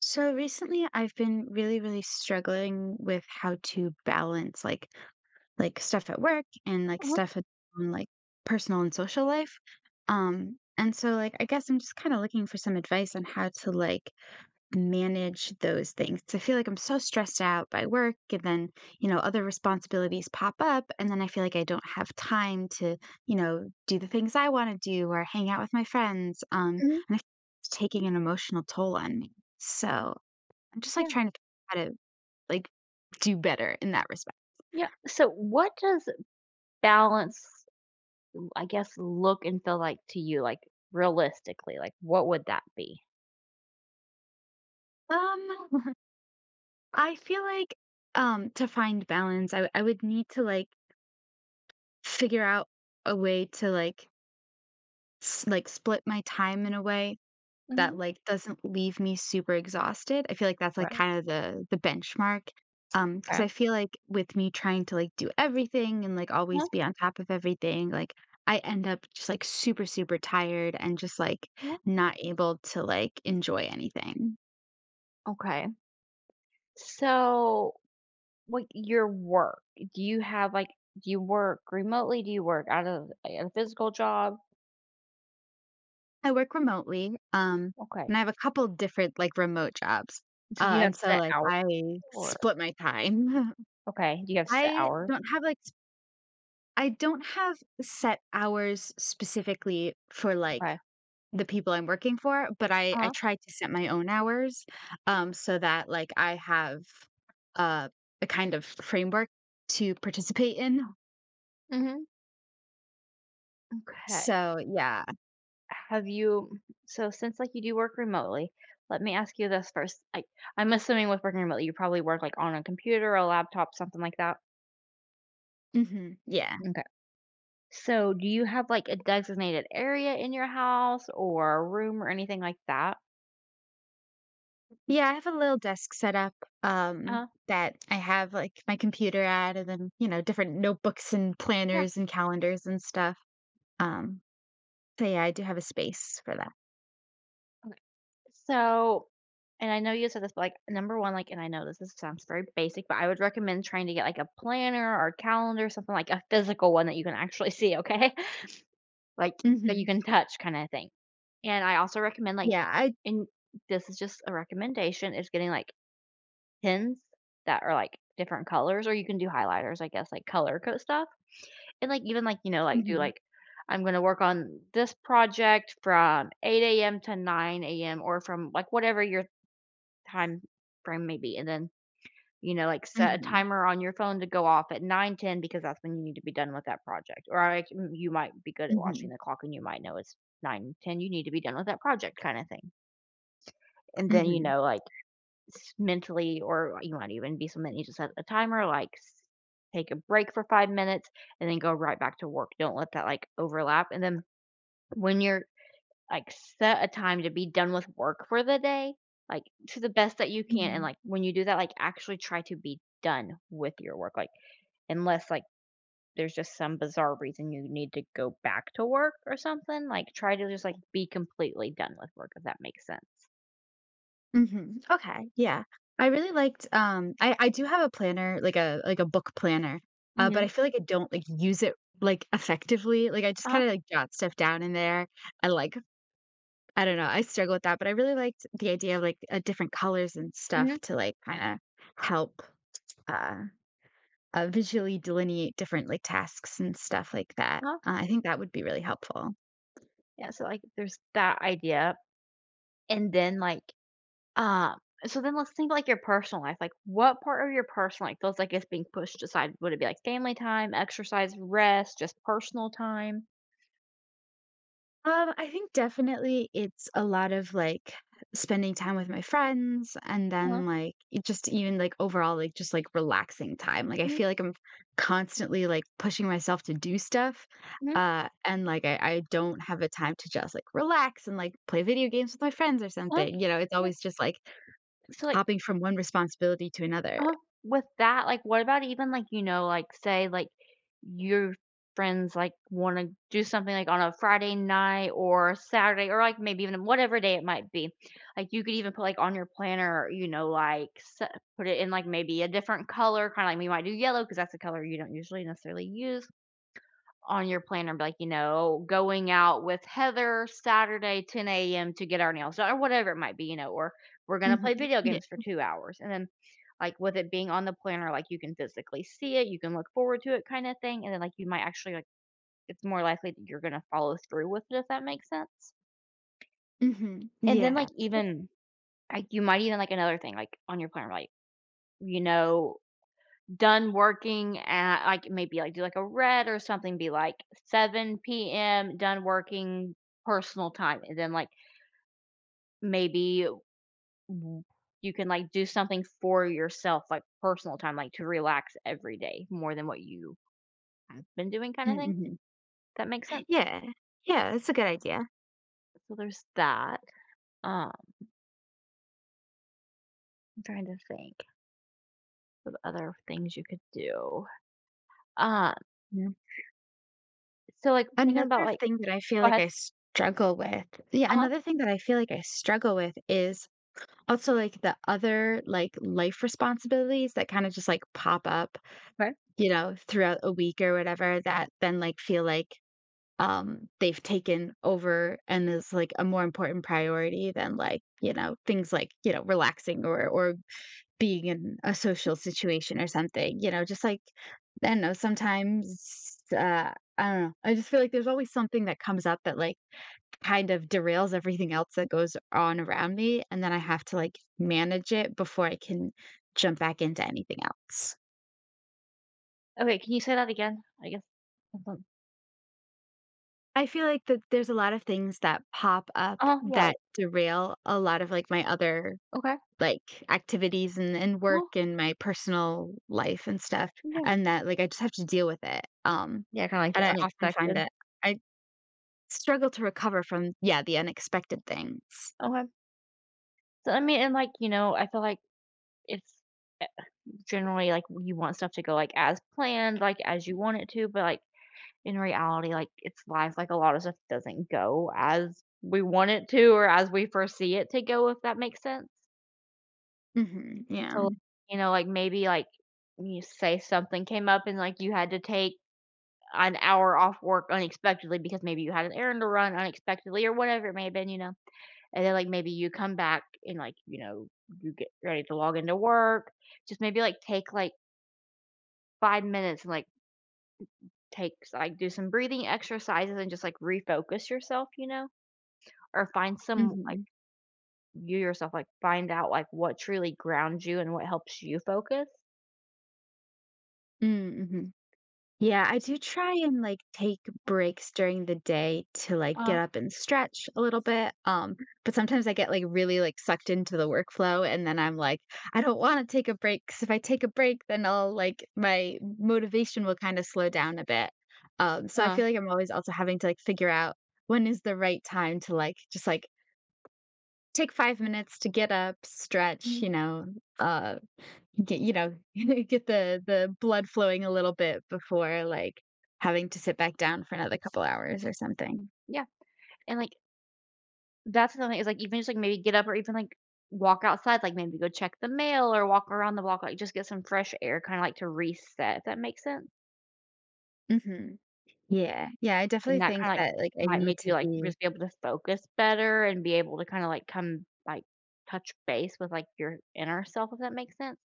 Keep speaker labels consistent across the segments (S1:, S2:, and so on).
S1: So recently I've been really, really struggling with how to balance like stuff at work and like
S2: Uh-huh.
S1: stuff at um, like personal and social life. And so like I guess I'm just kind of looking for some advice on how to like manage those things. 'Cause I feel like I'm so stressed out by work and then, other responsibilities pop up and then I feel like I don't have time to, do the things I want to do or hang out with my friends. Um
S2: Hmm.
S1: and I feel it's taking an emotional toll on me. So I'm just like
S2: Yeah.
S1: trying to figure out how to like do better in that respect.
S2: Yeah, so what does balance, I guess, look and feel like to you, like realistically? Like what would that be?
S1: Um, I feel like to find balance, I would need to like figure out a way to like like split my time in a way that,
S2: Hmm.
S1: like, doesn't leave me super exhausted. I feel like that's, like,
S2: Right.
S1: kind of the benchmark, because I
S2: Okay.
S1: feel like with me trying to, like, do everything and, like,
S2: Uh-huh.
S1: always be on top of everything, like, I end up just, like, super, super tired and just, like,
S2: Uh-huh.
S1: not able to, like, enjoy anything.
S2: Okay. So like your work, do you have do you work remotely? Do you work out of like, a physical job?
S1: I work remotely,
S2: Okay.
S1: and I have a couple different, like, remote jobs,
S2: So do you have
S1: and so,
S2: set
S1: like,
S2: hours
S1: I
S2: or
S1: split my time.
S2: okay. Do you have set
S1: I
S2: hours?
S1: don't have, like s I don't have set hours specifically for, like,
S2: Okay.
S1: the people I'm working for, but I
S2: Uh-huh.
S1: try to set my own hours, so that, like, I have, uh, a kind of framework to participate in.
S2: Hmm. Okay.
S1: So, yeah.
S2: Have you So since, like, you do work remotely, let me ask you this first. I'm assuming with working remotely, you probably work, like, on a computer, a laptop, something like that?
S1: Mhm. Yeah.
S2: Okay. So, do you have, like, a designated area in your house or a room or anything like that?
S1: Yeah, I have a little desk set up,
S2: Uh-huh.
S1: that I have, like, my computer at and then, you know, different notebooks and
S2: Yeah,
S1: planners and calendars and stuff. Um, so yeah, I do have a space for that.
S2: okay. So and I know you said this, but, like, number 1, like and I know this is sounds very basic, but I would recommend trying to get, like, a planner or a calendar, something like a physical one that you can actually see, okay? Like, that you
S1: Mhm.
S2: can touch kinda thing. And I also recommend,
S1: Yeah, I
S2: and this is just a recommendation, is getting, like, pins that are, like, different colors, or you can do highlighters, I guess, like, color code stuff. And, like, even, like, you know, like, do,
S1: Mhm.
S2: like, "I'm gonna work on this project from 8 AM to 9 AM," or from, like, whatever your time frame may be, and then you know, like, set a
S1: Mhm.
S2: timer on your phone to go off at 9:10 because that's when you need to be done with that project, or, like, you might be good at watching
S1: Mhm.
S2: the clock and you might know it's 9:10, you need to be done with that project kinda thing, and then, you
S1: Mhm.
S2: know, like, s mentally or you might even be something that you just set a timer, like, s take a break for 5 minutes and then go right back to work, don't let that, like, overlap, and then when you're, like, set a time to be done with work for the day, like, to the best that you can, and,
S1: Mhm.
S2: like, when you do that, like, actually try to be done with your work, like Unless, like, there's just some bizarre reason you need to go back to work or something, like, try to just, like, be completely done with work, if that makes sense.
S1: Mhm. Okay, yeah. I really liked, I do have a planner, like a book planner, but
S2: Mhm.
S1: I feel like I don't, like, use it, like, effectively, like, I just
S2: Uh-huh,
S1: kinda, like, jot stuff down in there. I, like I don't know, I struggle with that, but I really liked the idea of, like, different colors and
S2: mhm,
S1: stuff to, like, kinda help, uh visually delineate different, like, tasks and stuff like that.
S2: uh-huh.
S1: I think that would be really helpful.
S2: Yeah, so, like, there's that idea, and then, like, um so then let's think, about, like, your personal life, like, what part of your personal life feels like it's being pushed aside? Would it be, like, family time, exercise, rest, just personal time?
S1: I think definitely it's a lot of, like, spending time with my friends and
S2: Uh-huh.
S1: then, like, it just even, like, overall, like, just, like, relaxing time. Like, I
S2: Mhm,
S1: feel like I'm constantly, like, pushing myself to do stuff,
S2: mhm,
S1: and, like, I don't have a time to just, like, relax and, like, play video games with my friends or
S2: uh-huh,
S1: something, you know? It's
S2: yeah.
S1: always just, like,
S2: So, like
S1: hopping from one responsibility to another.
S2: Uh, with that, like, what about even, like, you know, like, say, like, your friends, like, wanna do something, like, on a Friday night or a Saturday or, like, maybe even whatever day it might be. Like, you could even put, like, on your planner, you know, like, se put it in, like, maybe a different color, kinda like we might do yellow because that's a color you don't usually necessarily use on your planner, like, you know, going out with Heather Saturday, 10 a.m. to get our nails done, or whatever it might be, you know, or we're going to play
S1: Mhm.
S2: video
S1: Yeah.
S2: games for 2 hours. And then, like, with it being on the planner, like, you can physically see it, you can look forward to it kind of thing. And then, like, you might actually, like, it's more likely that you're going to follow through with it, if that makes sense.
S1: Mhm.
S2: And then, like,
S1: Yeah.
S2: even, like, you might even, like, another thing, like, on your planner, like, you know, done working at, like, maybe, like, do, like, a red or something, be, like, 7 PM, done working personal time, and then, like, maybe w you can, like, do something for yourself, like, personal time, like, to relax every day more than what you have been doing
S1: Mm,
S2: kinda thing.
S1: mhm.
S2: That makes sense?
S1: Yeah. Yeah, that's a good idea.
S2: So there's that. Um, I'm trying to think of other things you could do. Um,
S1: Yeah.
S2: so, like, thinking about,
S1: Another
S2: like
S1: thing that I feel
S2: go
S1: like
S2: ahead.
S1: I struggle with yeah,
S2: Uh-huh.
S1: another thing that I feel like I struggle with is also, like, the other, like, life responsibilities that kinda just, like, pop up,
S2: Okay.
S1: you know, throughout a week or whatever that then, like, feel like, they've taken over and is, like, a more important priority than, like, you know, things like, you know, relaxing or being in a social situation or something, you know, just like I don't know, sometimes I don't know. I just feel like there's always something that comes up that like kind of derails everything else that goes on around me and then I have to like manage it before I can jump back into anything else.
S2: Okay, can you say that again? I guess.
S1: I feel like that there's a lot of things that pop up
S2: Oh yeah, like
S1: that derail a lot of like my other
S2: okay.
S1: like, activities and work
S2: Oh,
S1: and my personal life and stuff,
S2: yeah.
S1: and that, like, I just have to deal with it,
S2: Yeah, kinda like
S1: and
S2: the
S1: I often find
S2: unexpected.
S1: that I struggle to recover from, yeah, the unexpected things.
S2: Okay. So, I mean, and, like, you know, I feel like it's, eh, generally, like, you want stuff to go, like, as planned, like, as you want it to, but, like, in reality, like, it's life, like, a lot of stuff doesn't go as we want it to or as we foresee it to go, if that makes sense.
S1: Mhm, yeah.
S2: So, you know, like, maybe, like, you say something came up and, like, you had to take an hour off work unexpectedly because maybe you had an errand to run unexpectedly or whatever it may have been, you know? And then, like, maybe you come back and, like, you know, you get ready to log into work. Just maybe, like, take, like, 5 minutes and, like, take like, do some breathing exercises and just, like, refocus yourself, you know? Or find some like,
S1: Mhm.
S2: you yourself, like, find out, like, what truly grounds you and what helps you focus.
S1: Mm, mhm. Yeah, I do try and, like, take breaks during the day to, like,
S2: Uh-huh.
S1: get up and stretch a little bit, but sometimes I get, like, really, like, sucked into the workflow, and then I'm like, "I don't wanna take a break because if I take a break, then I'll like, my motivation will kinda slow down a bit." So I
S2: Uh,
S1: feel like I'm always also having to, like, figure out when is the right time to, like, just, like, take 5 minutes to get up,
S2: Mhm.
S1: stretch, you know, uh get you know, get the blood flowing a little bit before, like, having to sit back down for another couple hours or something.
S2: Yeah, and, like, that's another thing is, like, even just, like, maybe get up or even, like, walk outside, like, maybe go check the mail or walk around the block, like, just get some fresh air kinda, like, to reset, if that makes sense.
S1: Mhm. Yeah. Yeah, I
S2: And
S1: definitely
S2: that
S1: think
S2: kinda, like,
S1: that, like, I
S2: might
S1: need
S2: make
S1: to
S2: you, like,
S1: be
S2: just be able to focus better and be able to kinda, like, come, like, touch base with, like, your inner self, if that makes sense.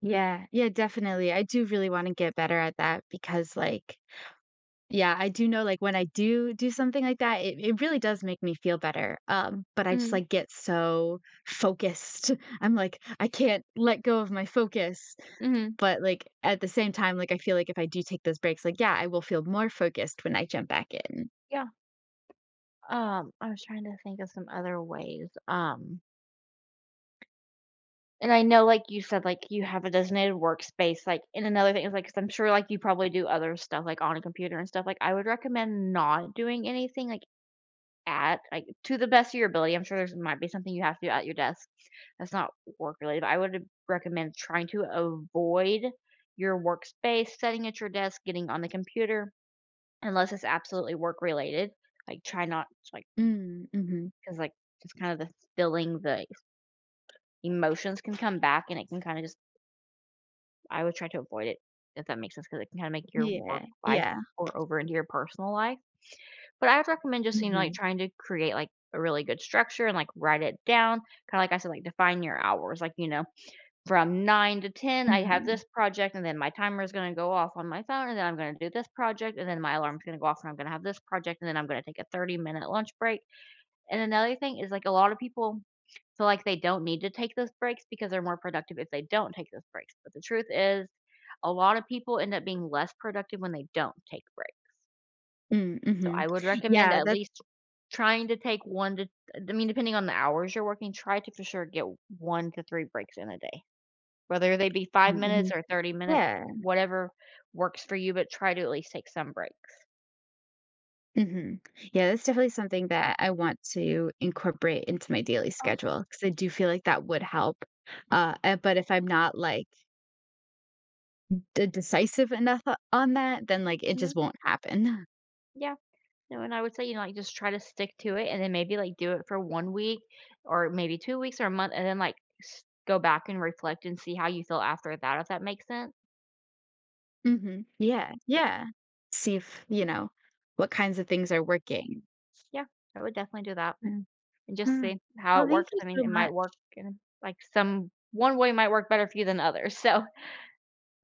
S1: Yeah, yeah, definitely. I do really wanna get better at that because, like, yeah, I do know, like, when I do do something like that, it really does make me feel better, but I just,
S2: Mhm,
S1: like, get so focused. I'm like, "I can't let go of my focus."
S2: mhm.
S1: But, like, at the same time, like, I feel like if I do take those breaks, like, yeah, I will feel more focused when I jump back in.
S2: Yeah, I was trying to think of some other ways, and I know, like you said, like, you have a designated workspace, like and another thing is, like 'cause I'm sure, like, you probably do other stuff, like, on a computer and stuff, like, I would recommend not doing anything, like at, like, to the best of your ability, I'm sure there's might be something you have to do at your desk that's not work related, but I would recommend trying to avoid your workspace, sitting at your desk, getting on the computer, unless it's absolutely work related. Like, try not like
S1: Mm, mhm.
S2: because like, just kind of the feeling, the emotions can come back and it can kinda just I would try to avoid it, if that makes sense because it can kinda make your work
S1: Yeah,
S2: life
S1: yeah.
S2: pour over into your personal life. But I would recommend just, you know, like,
S1: Mhm,
S2: trying to create, like, a really good structure and, like, write it down. Kinda like I said, like, define your hours, like, you know, from 9 to 10, I have
S1: mhm.
S2: this project, and then my timer is gonna go off on my phone, and then I'm gonna do this project, and then my alarm's gonna go off, and I'm gonna have this project, and then I'm gonna take a 30-minute lunch break. And another thing is, like, a lot of people feel like they don't need to take those breaks because they're more productive if they don't take those breaks. But the truth is, a lot of people end up being less productive when they don't take breaks.
S1: Mm,
S2: So I
S1: mhm.
S2: would recommend
S1: Yeah,
S2: at
S1: that's
S2: least trying to take 1 to I mean, depending on the hours you're working, try to for sure get 1 to 3 breaks in a day, whether they be 5
S1: mm,
S2: minutes
S1: mhm.
S2: or 30 minutes,
S1: Yeah.
S2: whatever works for you, but try to at least take some breaks.
S1: Mhm. Yeah, that's definitely something that I want to incorporate into my daily
S2: Oh,
S1: schedule because I do feel like that would help. But if I'm not, like, d decisive enough o on that, then, like, it
S2: mhm,
S1: just won't happen.
S2: yeah. No, and I would say, you know, like, just try to stick to it and then maybe, like, do it for 1 week or maybe 2 weeks or a month and then, like, s go back and reflect and see how you feel after that, if that makes sense.
S1: Mhm. Yeah,
S2: So,
S1: yeah. See if you know, what kinds of things are working.
S2: yeah, I would definitely do that. And just
S1: Mhm.
S2: see how
S1: Well,
S2: it
S1: thank
S2: works.
S1: you
S2: I mean,
S1: so
S2: it might
S1: much.
S2: work in like some one way might work better for you than others. So,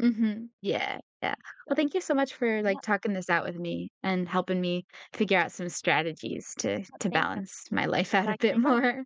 S1: Mhm. Yeah, yeah.
S2: so
S1: Well, thank you so much for,
S2: yeah,
S1: like, talking this out with me and helping me figure out some strategies to
S2: thank you.
S1: balance my life out a
S2: Back
S1: bit
S2: anytime.
S1: more.